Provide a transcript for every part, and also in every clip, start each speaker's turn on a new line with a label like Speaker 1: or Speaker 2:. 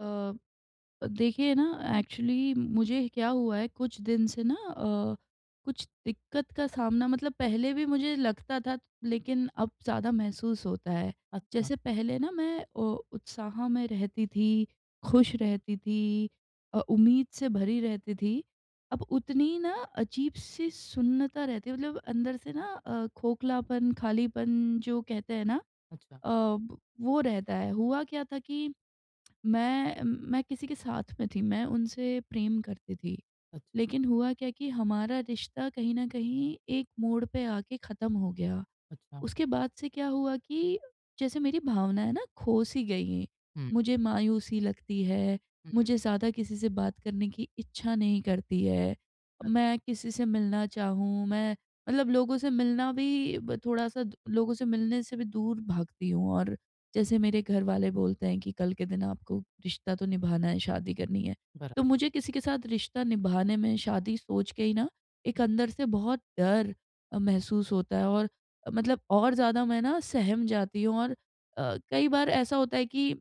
Speaker 1: अ, देखिए ना एक्चुअली मुझे क्या हुआ है कुछ दिन से ना, कुछ दिक्कत का सामना मतलब पहले भी मुझे लगता था लेकिन अब ज़्यादा महसूस होता है।
Speaker 2: अच्छा,
Speaker 1: जैसे पहले ना मैं उत्साह में रहती थी,
Speaker 2: हुँ,
Speaker 1: खुश रहती थी, उम्मीद से भरी रहती थी। अब उतनी ना अजीब-सी सुन्नता रहती है मतलब अंदर से ना, खोखलापन, खालीपन जो कहते हैं ना,
Speaker 2: अच्छा,
Speaker 1: अ, वो रहता है। हुआ क्या था कि मैं मैं किसी के साथ में थी, मैं उनसे प्रेम करती थी।
Speaker 2: अच्छा,
Speaker 1: लेकिन हुआ क्या कि हमारा रिश्ता कहीं न कहीं एक मोड़ पे आके ख़त्म हो गया।
Speaker 2: अच्छा।
Speaker 1: उसके बाद से क्या हुआ कि जैसे मेरी भावनाएँ ना खो-सी गई हैं।
Speaker 2: हुँ,
Speaker 1: मुझे मायूसी लगती है, मुझे
Speaker 2: हुँ,
Speaker 1: ज़्यादा किसी से बात करने की इच्छा नहीं करती है।
Speaker 2: अच
Speaker 1: मैं किसी से मिलना चाहूँ, मैं मतलब लोगों से मिलना भी ब थोड़ा-सा द लोगों से मिलने से भी दूर भागती हूँ और जैसे मेरे घरवाले बोलते हैं कि कल के दिन आपको रिश्ता तो निभाना है, शादी करनी है। तो
Speaker 2: बराबर।
Speaker 1: मुझे किसी के साथ रिश्ता निभाने में शादी सोच के ही ना एक अंदर से बहुत डर महसूस होता है और मतलब और ज़्यादा मैं ना सहम जाती हूँ और कई बार ऐसा होता है कि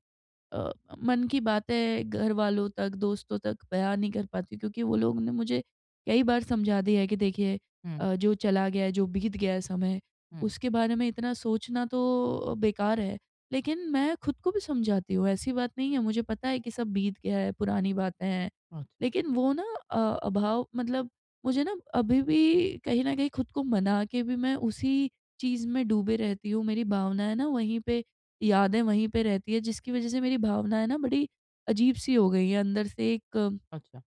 Speaker 1: अ, मन की बातें घर वालों तक, दोस्तों तक बयान नहीं कर पाती हूँ क्योंकि वो लोग ने मुझे कई बार समझा दिया है कि देखिए,
Speaker 2: हुँ,
Speaker 1: जो चला गया है, जो बीत गया है समय,
Speaker 2: हुँ,
Speaker 1: उसके बारे में इतना सोचना तो बेकार है। लेकिन मैं खुद को भी समझाती हूँ, ऐसी बात नहीं है, मुझे पता है कि सब बीत गया है, पुरानी बातें हैं।
Speaker 2: अच्छा,
Speaker 1: लेकिन वो ना अ, अभाव मतलब मुझे ना अभी भी कहीं न कहीं खुद को मना के भी मैं उसी चीज़ में डूबे रहती हूँ, मेरी भावनाएँ ना वहीं पे यादें वहीं पे रहती है जिसकी वजह से मेरी भावनाएँ ना बड़ी अजीब-सी हो गई हैं अंदर से एक
Speaker 2: अच्छा।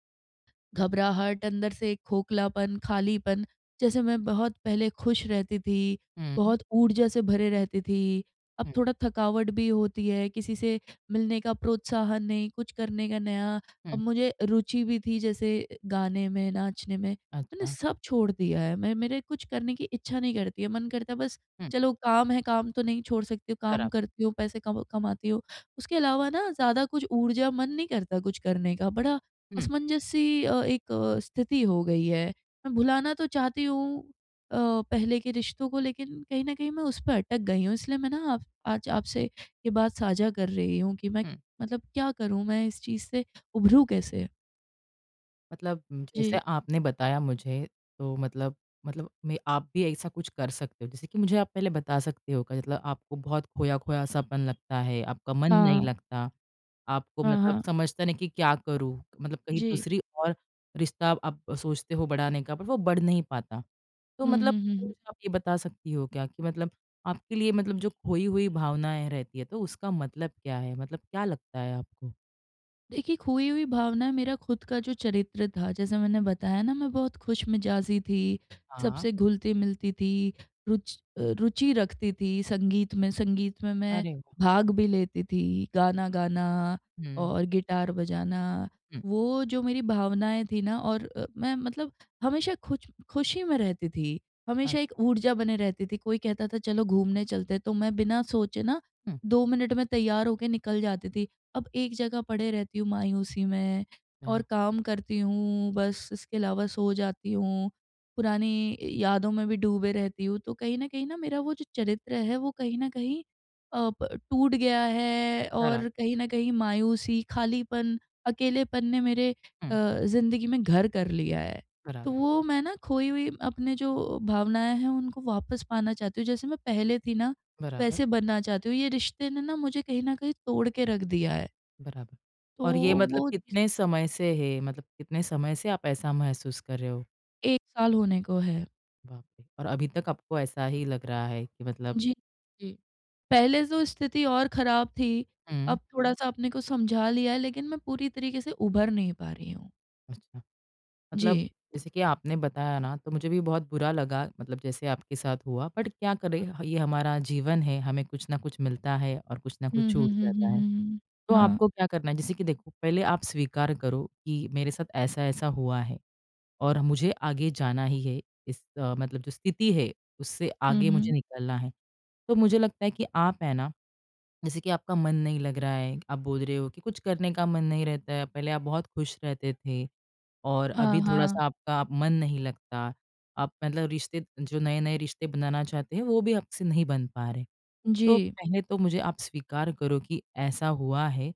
Speaker 1: घबराहट, अंदर से एक खोखलापन, खालीपन। जैसे मैं बहुत पहले खुश रहती थी,
Speaker 2: हुँ,
Speaker 1: बहुत ऊर्जा से भरे रहती थी, अब
Speaker 2: हुँ,
Speaker 1: थोड़ा थकावट भी होती है, किसी से मिलने का प्रोत्साहन नहीं, कुछ करने का नया। अब
Speaker 2: हुँ,
Speaker 1: मुझे रुचि भी थी जैसे गाने में, नाचने में, मैंने
Speaker 2: अच्छा,
Speaker 1: सब छोड़ दिया है। मैं मेरे कुछ करने की इच्छा नहीं करती है, मन करता है बस
Speaker 2: हुँ,
Speaker 1: चलो काम है, काम तो नहीं छोड़ सकती हूँ, काम
Speaker 2: बराबर।
Speaker 1: करती हूँ, पैसे कम कमाती हूँ। उसके अलावा ना ज़्यादा कुछ ऊर्जा मन नहीं करता कुछ करने का, बड़ा
Speaker 2: हुँ,
Speaker 1: असमंजस-सी एक स्थिति हो गई है। मैं भुलाना तो चाहती हूँ, अ, पहले के रिश्तों को लेकिन कहीं न कहीं मैं उस पे अटक गई हूँ। इसलिए मैं ना आप आज आपसे ये बात साझा कर रही हूँ कि मैं
Speaker 2: हुँ।
Speaker 1: मतलब क्या करूँ? मैं इस चीज़ से उभरूँ कैसे?
Speaker 2: मतलब जैसे
Speaker 1: जी।
Speaker 2: आपने बताया मुझे तो मतलब मैं आप भी ऐसा कुछ कर सकते हो। जैसे कि मुझे आप पहले बता सकते हो कि मतलब आपको बहुत खोया-खोया सापन लगता है, आपका मन नहीं
Speaker 1: हाँ।
Speaker 2: लगता, आपको
Speaker 1: हाँ,
Speaker 2: मतलब
Speaker 1: हाँ।
Speaker 2: समझता नहीं कि क्या करूँ? मतलब कहीं
Speaker 1: जी।
Speaker 2: दूसरी और रिश्ता आप सोचते हो बढ़ाने का, पर वो बढ़ नहीं पाता। तो
Speaker 1: हुँ,
Speaker 2: मतलब
Speaker 1: हुँ, हुँ,
Speaker 2: मुझे
Speaker 1: हुँ।
Speaker 2: आप ये बता सकती हो क्या कि मतलब आपके लिए मतलब जो खोई हुई भावनाएँ रहती है, तो उसका मतलब क्या है? मतलब क्या लगता है आपको?
Speaker 1: देखिए, खोई हुई भावना मेरा खुद का जो चरित्र था, जैसे मैंने बताया ना मैं बहुत खुशमिज़ाजी थी,
Speaker 2: हाँ।
Speaker 1: सबसे घुलती-मिलती थी, रुच रुचि रखती थी संगीत में। संगीत में मैं
Speaker 2: अरे वाह!
Speaker 1: भाग भी लेती थी, गाना गाना
Speaker 2: हुँ,
Speaker 1: और गिटार बजाना।
Speaker 2: हुँ।
Speaker 1: वो जो मेरी भावनाएँ थी ना और मैं मतलब हमेशा खुच खुशी में रहती थी, हमेशा एक
Speaker 2: अच्छा।
Speaker 1: ऊर्जा बने रहती थी। कोई कहता था चलो घूमने चलते हैं, तो मैं बिना सोचे ना
Speaker 2: हुँ।
Speaker 1: 2 मिनट में तैयार होके निकल जाती थी। अब एक जगह पड़े रहती हूँ मायूसी में
Speaker 2: हाँ,
Speaker 1: और काम करती हूँ बस इसके अलावा सो जाती हूँ। पुरानी यादों में भी डूबे रहती हूँ तो कहीं न कहीं ना मेरा वो जो चरित्र है वो कहीं न कहीं प टूट गया है
Speaker 2: बराबर,
Speaker 1: और कहीं न कहीं मायूसी, खालीपन, अकेलेपन ने मेरे अ,
Speaker 2: हुँ,
Speaker 1: ज़िंदगी में घर कर लिया है। तो
Speaker 2: बराबर,
Speaker 1: वो मैं ना खोई हुई अपने जो भावनाएँ हैं उनको वापस पाना चाहती हूँ। जैसे मैं पहले थी ना
Speaker 2: बराबर,
Speaker 1: वैसे बनना चाहती हूँ। ये रिश्ते ने ना मुझे कहीं न कहीं तोड़ के रख दिया है।
Speaker 2: बराबर।
Speaker 1: तो
Speaker 2: और ये मतलब
Speaker 1: वो चीज़
Speaker 2: कितने समय से है? मतलब कितने समय से आप ऐसा महसूस कर रहे हो?
Speaker 1: 1 साल होने को है।
Speaker 2: बाप रे! और अभी तक आपको ऐसा ही लग रहा है कि मतलब
Speaker 1: जी। जी। पहले जो स्थिति और ख़राब थी,
Speaker 2: हुँ,
Speaker 1: अब हुँ। थोड़ा-सा अपने को समझा लिया है, लेकिन मैं पूरी तरीके से उभर नहीं पा रही हूँ।
Speaker 2: अच्छा।
Speaker 1: जी।
Speaker 2: मतलब जैसे कि आपने बताया ना, तो मुझे भी बहुत बुरा लगा मतलब जैसे आपके साथ हुआ, बट क्या करें
Speaker 1: हाँ।
Speaker 2: ह ये हमारा जीवन है, हमें कुछ ना कुछ मिलता है और कुछ ना
Speaker 1: हुँ,
Speaker 2: कुछ
Speaker 1: हुँ,
Speaker 2: छूट
Speaker 1: हुँ, हुँ,
Speaker 2: जाता है।
Speaker 1: हुँ, हुँ।
Speaker 2: तो
Speaker 1: हाँ।
Speaker 2: आपको क्या करना है? जैसे कि देखो, पहले आप स्वीकार करो कि मेरे साथ ऐसा-ऐसा हुआ है। और मुझे आगे जाना ही है इस मतलब जो स्थिति है उससे
Speaker 1: हुँ,
Speaker 2: आगे मुझे
Speaker 1: हुँ।
Speaker 2: निकलना है। तो मुझे लगता है कि आप है ना, जैसे कि आपका मन नहीं लग रहा है, आप बोल रहे हो कि कुछ करने का मन नहीं रहता है, पहले आप बहुत खुश रहते थे और
Speaker 1: हाँ,
Speaker 2: अभी
Speaker 1: हाँ।
Speaker 2: थोड़ा-सा आपका आप मन नहीं लगता। आप मतलब रिश्ते जो नए-नए रिश्ते बनाना चाहते हैं वो भी आपसे नहीं बन पा रहे। तो
Speaker 1: जी।
Speaker 2: पहले तो मुझे आप स्वीकार करो कि ऐसा हुआ है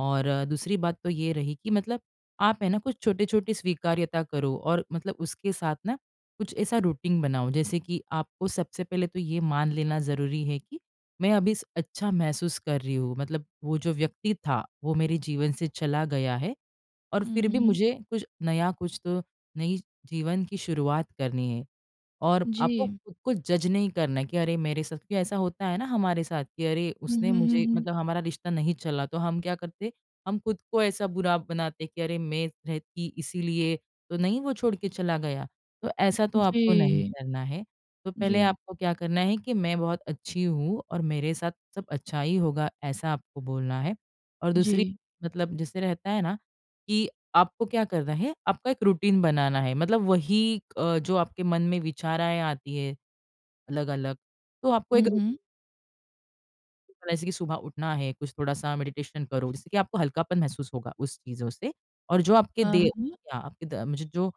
Speaker 2: और दूसरी बात तो ये रही कि मतलब आप है ना कुछ छोटे-छोटे स्वीकार्यता करो और मतलब उसके साथ ना कुछ ऐसा रूटीन बनाओ। जैसे कि आपको सबसे पहले तो ये मान लेना ज़रूरी है कि मैं अभी स अच्छा महसूस कर रही हूँ। मतलब वो जो व्यक्ति था वो मेरे जीवन से चला गया है और
Speaker 1: हुँ,
Speaker 2: फिर भी
Speaker 1: हुँ।
Speaker 2: मुझे कुछ नया, कुछ तो नई जीवन की शुरुआत करनी है। और
Speaker 1: जी।
Speaker 2: आपको खुद को जज नहीं करना है कि अरे मेरे साथ, क्योंकि ऐसा होता है ना हमारे साथ कि अरे,
Speaker 1: हुँ,
Speaker 2: उसने
Speaker 1: हुँ, हुँ,
Speaker 2: मुझे
Speaker 1: हुँ।
Speaker 2: मतलब हमारा रिश्ता नहीं चला, तो हम क्या करते। हम खुद को ऐसा बुरा बनाते कि अरे, मैं रहती इसीलिए तो नहीं वो छोड़ के चला गया, तो ऐसा तो आपको नहीं
Speaker 1: जी,
Speaker 2: करना है। तो
Speaker 1: जी,
Speaker 2: पहले आपको क्या करना है कि मैं बहुत अच्छी हूँ और मेरे साथ सब अच्छा ही होगा, ऐसा आपको बोलना है। और
Speaker 1: जी।
Speaker 2: दूसरी, मतलब जैसे रहता है ना कि आपको क्या करना है, आपका एक रूटीन बनाना है। मतलब वही जो आपके मन में विचाराएँ आती है अलग-अलग, तो आपको
Speaker 1: हुँ,
Speaker 2: एक
Speaker 1: हुँ।
Speaker 2: रूटीन बनाना है, जैसे कि सुबह उठना है, कुछ थोड़ा-सा मेडिटेशन करो, जिससे कि आपको हल्कापन महसूस होगा उस चीज़ों से, और जो आपके
Speaker 1: हाँ,
Speaker 2: दे
Speaker 1: हाँ।
Speaker 2: या आपके द मुझे जो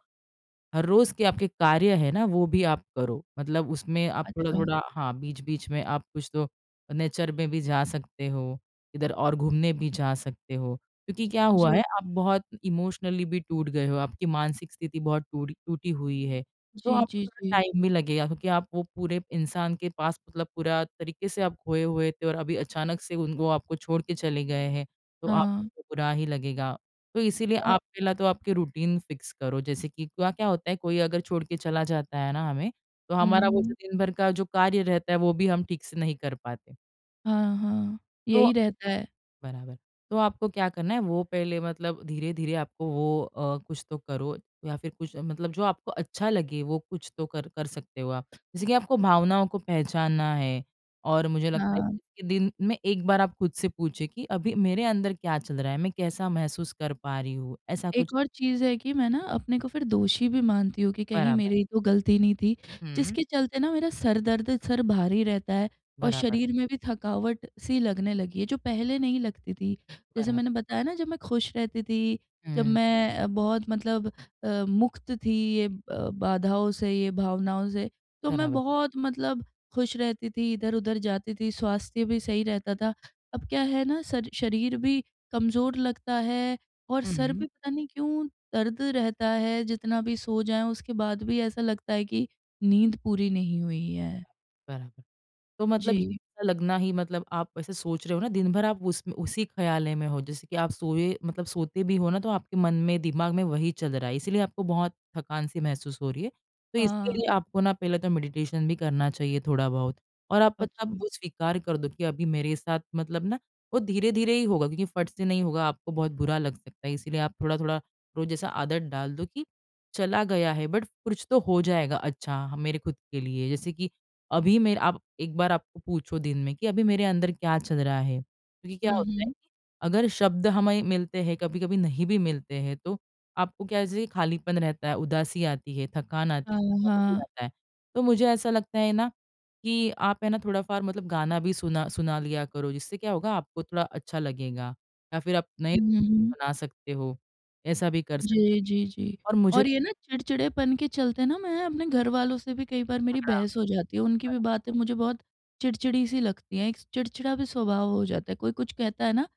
Speaker 2: हर रोज के आपके कार्य है ना वो भी आप करो। मतलब उसमें आप
Speaker 1: अच्छा।
Speaker 2: थोड़ा-थोड़ा, हाँ, बीच-बीच में आप कुछ तो नेचर में भी जा सकते हो, इधर और घूमने भी जा सकते हो। क्योंकि क्या हुआ
Speaker 1: जी,
Speaker 2: है, आप बहुत इमोशनली भी टूट गए हो, आपकी मानसिक स्थिति बहुत टूरी टूटी हुई है। तो
Speaker 1: जी,
Speaker 2: आपको
Speaker 1: जी,
Speaker 2: थोड़ा
Speaker 1: जी।
Speaker 2: टाइम भी लगेगा, क्योंकि आप वो पूरे इंसान के पास मतलब पूरा तरीके से आप खोए हुए थे और अभी अचानक से उनको आपको छोड़ के चले गए हैं, तो
Speaker 1: हाँ।
Speaker 2: आपको बुरा ही लगेगा। तो इसीलिए
Speaker 1: औ
Speaker 2: आप पहला तो आपके रूटीन फ़िक्स करो, जैसे कि क्या क्या होता है कोई अगर छोड़ के चला जाता है ना हमें, तो हमारा वो जो
Speaker 1: हुँ।
Speaker 2: दिन भर का जो कार्य रहता है वो भी हम ठीक से नहीं कर पाते।
Speaker 1: हाँ, हाँ।
Speaker 2: तो
Speaker 1: यही रहता है।
Speaker 2: बराबर, तो आपको क्या करना है वो पहले मतलब, धीरे-धीरे आपको वो कुछ तो करो, या फिर कुछ मतलब जो आपको अच्छा लगे वो कुछ तो कर कर सकते हो आप। जैसे कि आपको भावनाओं को पहचानना है, और मुझे लगता है
Speaker 1: हाँ।
Speaker 2: कि दिन में एक बार आप खुद से पूछे कि अभी मेरे अंदर क्या चल रहा है? मैं कैसा महसूस कर पा रही हूँ? ऐसा
Speaker 1: एक
Speaker 2: कुछ।
Speaker 1: और चीज़ है कि मैं ना अपने को फिर दोषी भी मानती हूँ कि कहीं
Speaker 2: બરાબર.
Speaker 1: मेरी तो गलती नहीं थी,
Speaker 2: હમ.
Speaker 1: जिसके चलते ना मेरा सर दर्द, सर भारी रहता है और
Speaker 2: બરાબર,
Speaker 1: शरीर में भी थकावट सी लगने लगी है, जो पहले नहीं लगती थी। जैसे
Speaker 2: બરાબર.
Speaker 1: मैंने बताया ना जब मैं खुश रहती थी, जब
Speaker 2: હમ.
Speaker 1: मैं बहुत मतलब मुक्त थी ये, बाधाओं से, ये भावनाओं से, तो मैं
Speaker 2: બરાબર.
Speaker 1: बहुत मतलब खुश रहती थी, इधर-उधर जाती थी, स्वास्थ्य भी सही रहता था। अब क्या है ना सर शरीर भी कमज़ोर लगता है और सर
Speaker 2: હમ.
Speaker 1: पे पता नहीं क्यों दर्द रहता है जितना भी सो जाएँ उसके बाद भी ऐसा लगता है कि नींद पूरी नहीं हुई है।
Speaker 2: બરાબર. બરાબર. तो मतलब ये
Speaker 1: जी।
Speaker 2: ऐसा लगना ही मतलब, आप वैसे सोच रहे हो ना, दिन भर आप उस उसी ख़्याले में हो, जैसे कि आप सोए मतलब सोते भी हो ना, तो आपके मन में, दिमाग में वही चल रहा है, इसीलिए आपको बहुत थकान सी महसूस हो रही है। तो
Speaker 1: हाँ,
Speaker 2: इसके लिए आपको ना पहले तो मेडिटेशन भी करना चाहिए थोड़ा बहुत, और आप मतलब
Speaker 1: अच्छा।
Speaker 2: वो स्वीकार कर दो कि अभी मेरे साथ मतलब ना वो धीरे-धीरे ही होगा, क्योंकि फट से नहीं होगा, आपको बहुत बुरा लग सकता है, इसीलिए आप थोड़ा-थोड़ा रोज़ ऐसा आदत डाल दो कि चला गया है बट कुछ तो हो जाएगा अच्छा मेरे खुद के लिए। जैसे कि अभी मेरे आप एक बार आपको पूछो दिन में कि अभी मेरे अंदर क्या चल रहा है? क्योंकि क्या
Speaker 1: हुँ,
Speaker 2: होता है
Speaker 1: हुँ।
Speaker 2: कि अगर शब्द हमें मिलते हैं, कभी-कभी नहीं भी मिलते हैं, तो आपको क्या, जैसे खालीपन रहता है, उदासी आती है, थकान आती
Speaker 1: हाँ,
Speaker 2: है, भी
Speaker 1: हाँ।
Speaker 2: आता है। तो मुझे ऐसा लगता है ना कि आप है ना थोड़ा-फार मतलब गाना भी सुना सुना लिया करो, जिससे क्या होगा, आपको थोड़ा अच्छा लगेगा, या फिर आप नए
Speaker 1: हुँ, हुँ,
Speaker 2: दोस्त भी
Speaker 1: हुँ।
Speaker 2: बना सकते हो, ऐसा भी कर सकते
Speaker 1: जी, जी, जी।
Speaker 2: हो और मुझे
Speaker 1: और
Speaker 2: लगता
Speaker 1: ये ना चिड़चिड़ेपन के चलते ना मैं अपने घरवालों से भी कई बार
Speaker 2: है
Speaker 1: मेरी
Speaker 2: बड़ा
Speaker 1: बहस हो जाती है, उनकी भी
Speaker 2: बरा
Speaker 1: बातें मुझे बहुत चिड़चिड़ी-सी लगती हैं, एक चिड़चिड़ा भी स्वभाव हो जाता है। कोई कुछ कहता है ना,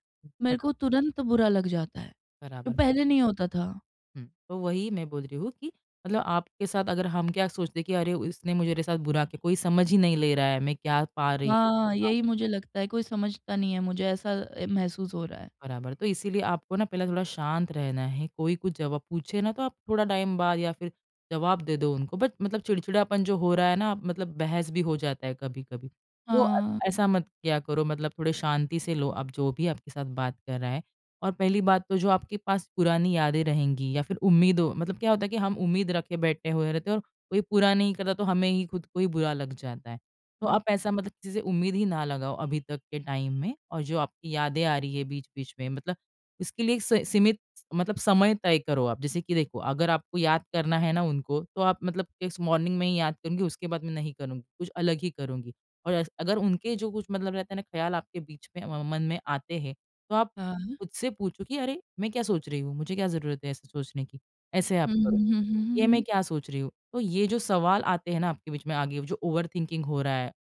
Speaker 1: मेरे को तुरंत बुरा लग जाता है,
Speaker 2: बराबर,
Speaker 1: जो पहले
Speaker 2: बराबर।
Speaker 1: नहीं होता था।
Speaker 2: हुँ। तो वही मैं बोल रही हूँ कि मतलब आपके साथ, अगर हम क्या सोचते हैं कि अरे! इसने मुझे मेरे साथ बुरा किया, कोई समझ ही नहीं ले रहा है, मैं क्या पा रही हूँ।
Speaker 1: हाँ, यही मुझे लगता है, कोई समझता नहीं है मुझे, ऐसा महसूस हो रहा है।
Speaker 2: बराबर, तो इसीलिए आपको ना पहले थोड़ा शांत रहना है, कोई कुछ जवाब पूछे ना तो आप थोड़ा टाइम बाद या फिर जवाब दे दो उनको, बट मतलब चिड़चिड़ापन जो हो रहा है ना, आप मतलब बहस भी हो जाता है कभी-कभी। तो
Speaker 1: हाँ,
Speaker 2: ऐसा मत किया करो, मतलब थोड़े शांति से लो आप जो भी आपके साथ बात कर रहा है। और पहली बात तो जो आपके पास पुरानी यादें रहेंगी या फिर उम्मीद हो, मतलब क्या होता है कि हम उम्मीद रखे बैठे हुए रहते हैं, और कोई पूरा नहीं करता तो हमें ही, खुद को ही बुरा लग जाता है। तो
Speaker 1: हुँ,
Speaker 2: आप ऐसा मतलब किसी से उम्मीद ही ना लगाओ अभी तक के टाइम में, और जो आपकी यादें आ रही है बीच-बीच में, मतलब उसके लिए एक स सीमित मतलब समय तय करो आप। जैसे कि देखो, अगर आपको याद करना है ना उनको तो आप मतलब इस मॉर्निंग में ही याद करूँगी, उसके बाद में नहीं करूँगी, कुछ अलग ही करूँगी। और अस अगर उनके जो कुछ मतलब रहता है ना, ख़्याल आपके बीच में म मन में आते हैं, तो आप
Speaker 1: हाँ।
Speaker 2: खुद से पूछो कि अरे! मैं क्या सोच रही हूँ? मुझे क्या ज़रूरत है ऐसे सोचने की? ऐसे आप
Speaker 1: हुँ,
Speaker 2: करो।
Speaker 1: हुँ, हुँ,
Speaker 2: ये मैं
Speaker 1: हुँ,
Speaker 2: क्या सोच रही हूँ? तो ये जो सवाल आते हैं ना आपके बीच में, आगे जो ओवरथिंकिंग हो रहा है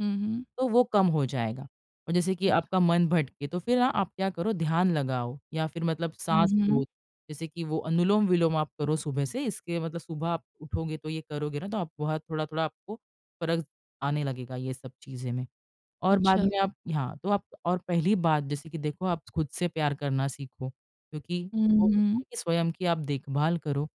Speaker 1: हुँ,
Speaker 2: तो वो कम हो जाएगा। और जैसे
Speaker 1: हुँ,
Speaker 2: कि
Speaker 1: हुँ, अच
Speaker 2: आपका मन भटके तो फिर ना आप क्या करो, ध्यान लगाओ या फिर मतलब
Speaker 1: हुँ,
Speaker 2: साँस
Speaker 1: हुँ,
Speaker 2: लो। जैसे कि वो अनुलोम-विलोम आप करो सुबह से, इसके मतलब सुबह आप उठोगे तो ये करोगे ना, तो आप बहुत थोड़ा-थोड़ा आपको फ़र्क आने लगेगा ये सब चीज़ें में। और बाद
Speaker 1: अच्छा।
Speaker 2: में आप, हाँ, तो आप और पहली बात जैसे कि देखो, आप खुद से प्यार करना सीखो, क्योंकि
Speaker 1: हुँ,
Speaker 2: वो होता
Speaker 1: हुँ,
Speaker 2: है कि स्वयं की आप देखभाल करो,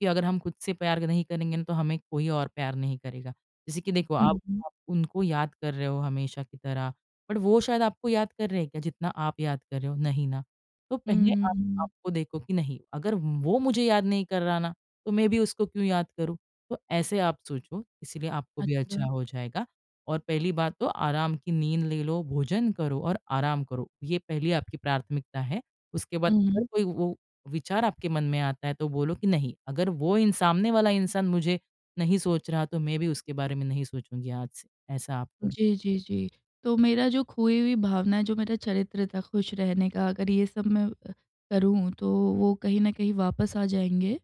Speaker 2: कि अगर हम खुद से प्यार नहीं करेंगे ना, तो हमें कोई और प्यार नहीं करेगा। जैसे कि देखो, आप
Speaker 1: हुँ,
Speaker 2: आप उनको याद कर रहे हो हमेशा की तरह, बट वो शायद आपको याद कर रहे हैं क्या जितना आप याद कर रहे हो? नहीं ना। तो
Speaker 1: हुँ,
Speaker 2: पहले आप
Speaker 1: हुँ,
Speaker 2: आपको देखो कि नहीं, अगर वो मुझे याद नहीं कर रहा ना, तो मैं भी उसको क्यों याद करूँ? तो ऐसे आप सोचो, इसलिए आपको भी अच्छा
Speaker 1: अच्छा।
Speaker 2: हो जाएगा। और पहली बात तो आराम की नींद ले लो, भोजन करो और आराम करो। ये पहली आपकी प्राथमिकता है। उसके बाद
Speaker 1: हुँ,
Speaker 2: अगर
Speaker 1: हुँ,
Speaker 2: कोई वो विचार आपके मन में आता है तो बोलो कि नहीं, अगर वो इन सामने वाला इंसान मुझे नहीं सोच रहा, तो मैं भी उसके बारे में नहीं सोचूँगी आज से। ऐसा आप करो।
Speaker 1: जी, जी, जी। तो मेरा जो खोई हुई भावना है, जो मेरा चरित्र था खुश रहने का, अगर ये सब मैं करूँ, तो वो कहीं न कहीं वापस आ जाएँगे।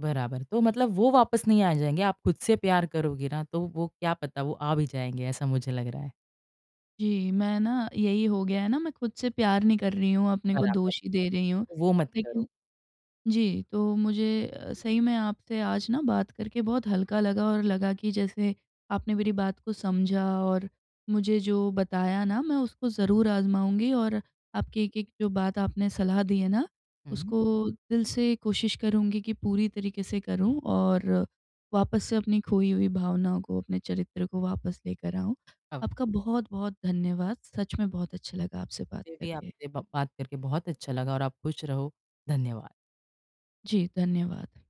Speaker 2: बराबर, तो मतलब वो वापस नहीं आ जाएँगे, आप खुद से प्यार करोगे ना तो वो, क्या पता वो आ भी जाएँगे, ऐसा मुझे लग रहा है।
Speaker 1: जी, मैं ना यही हो गया है ना, मैं खुद से प्यार नहीं कर रही हूँ, अपने को
Speaker 2: बराबर,
Speaker 1: दोष ही दे रही हूँ।
Speaker 2: वो मत
Speaker 1: लेकिन
Speaker 2: करो।
Speaker 1: जी, तो मुझे सही में आपसे आज ना बात करके बहुत हल्का लगा और लगा कि जैसे आपने मेरी बात को समझा और मुझे जो बताया ना मैं उसको ज़रूर आज़माऊँगी और आपकी एक-एक जो बात आपने सलाह दी है ना,
Speaker 2: हुँ,
Speaker 1: उसको दिल से कोशिश करूँगी कि पूरी तरीके से करूँ और वापस से अपनी खोई हुई भावनाओं को, अपने चरित्र को वापस लेकर आऊँ।
Speaker 2: अब
Speaker 1: आपका बहुत-बहुत धन्यवाद। सच में बहुत अच्छा लगा आपसे बात
Speaker 2: ये भी
Speaker 1: करके।
Speaker 2: आपसे ब बात करके बहुत अच्छा लगा और आप खुश रहो। धन्यवाद।
Speaker 1: जी, धन्यवाद।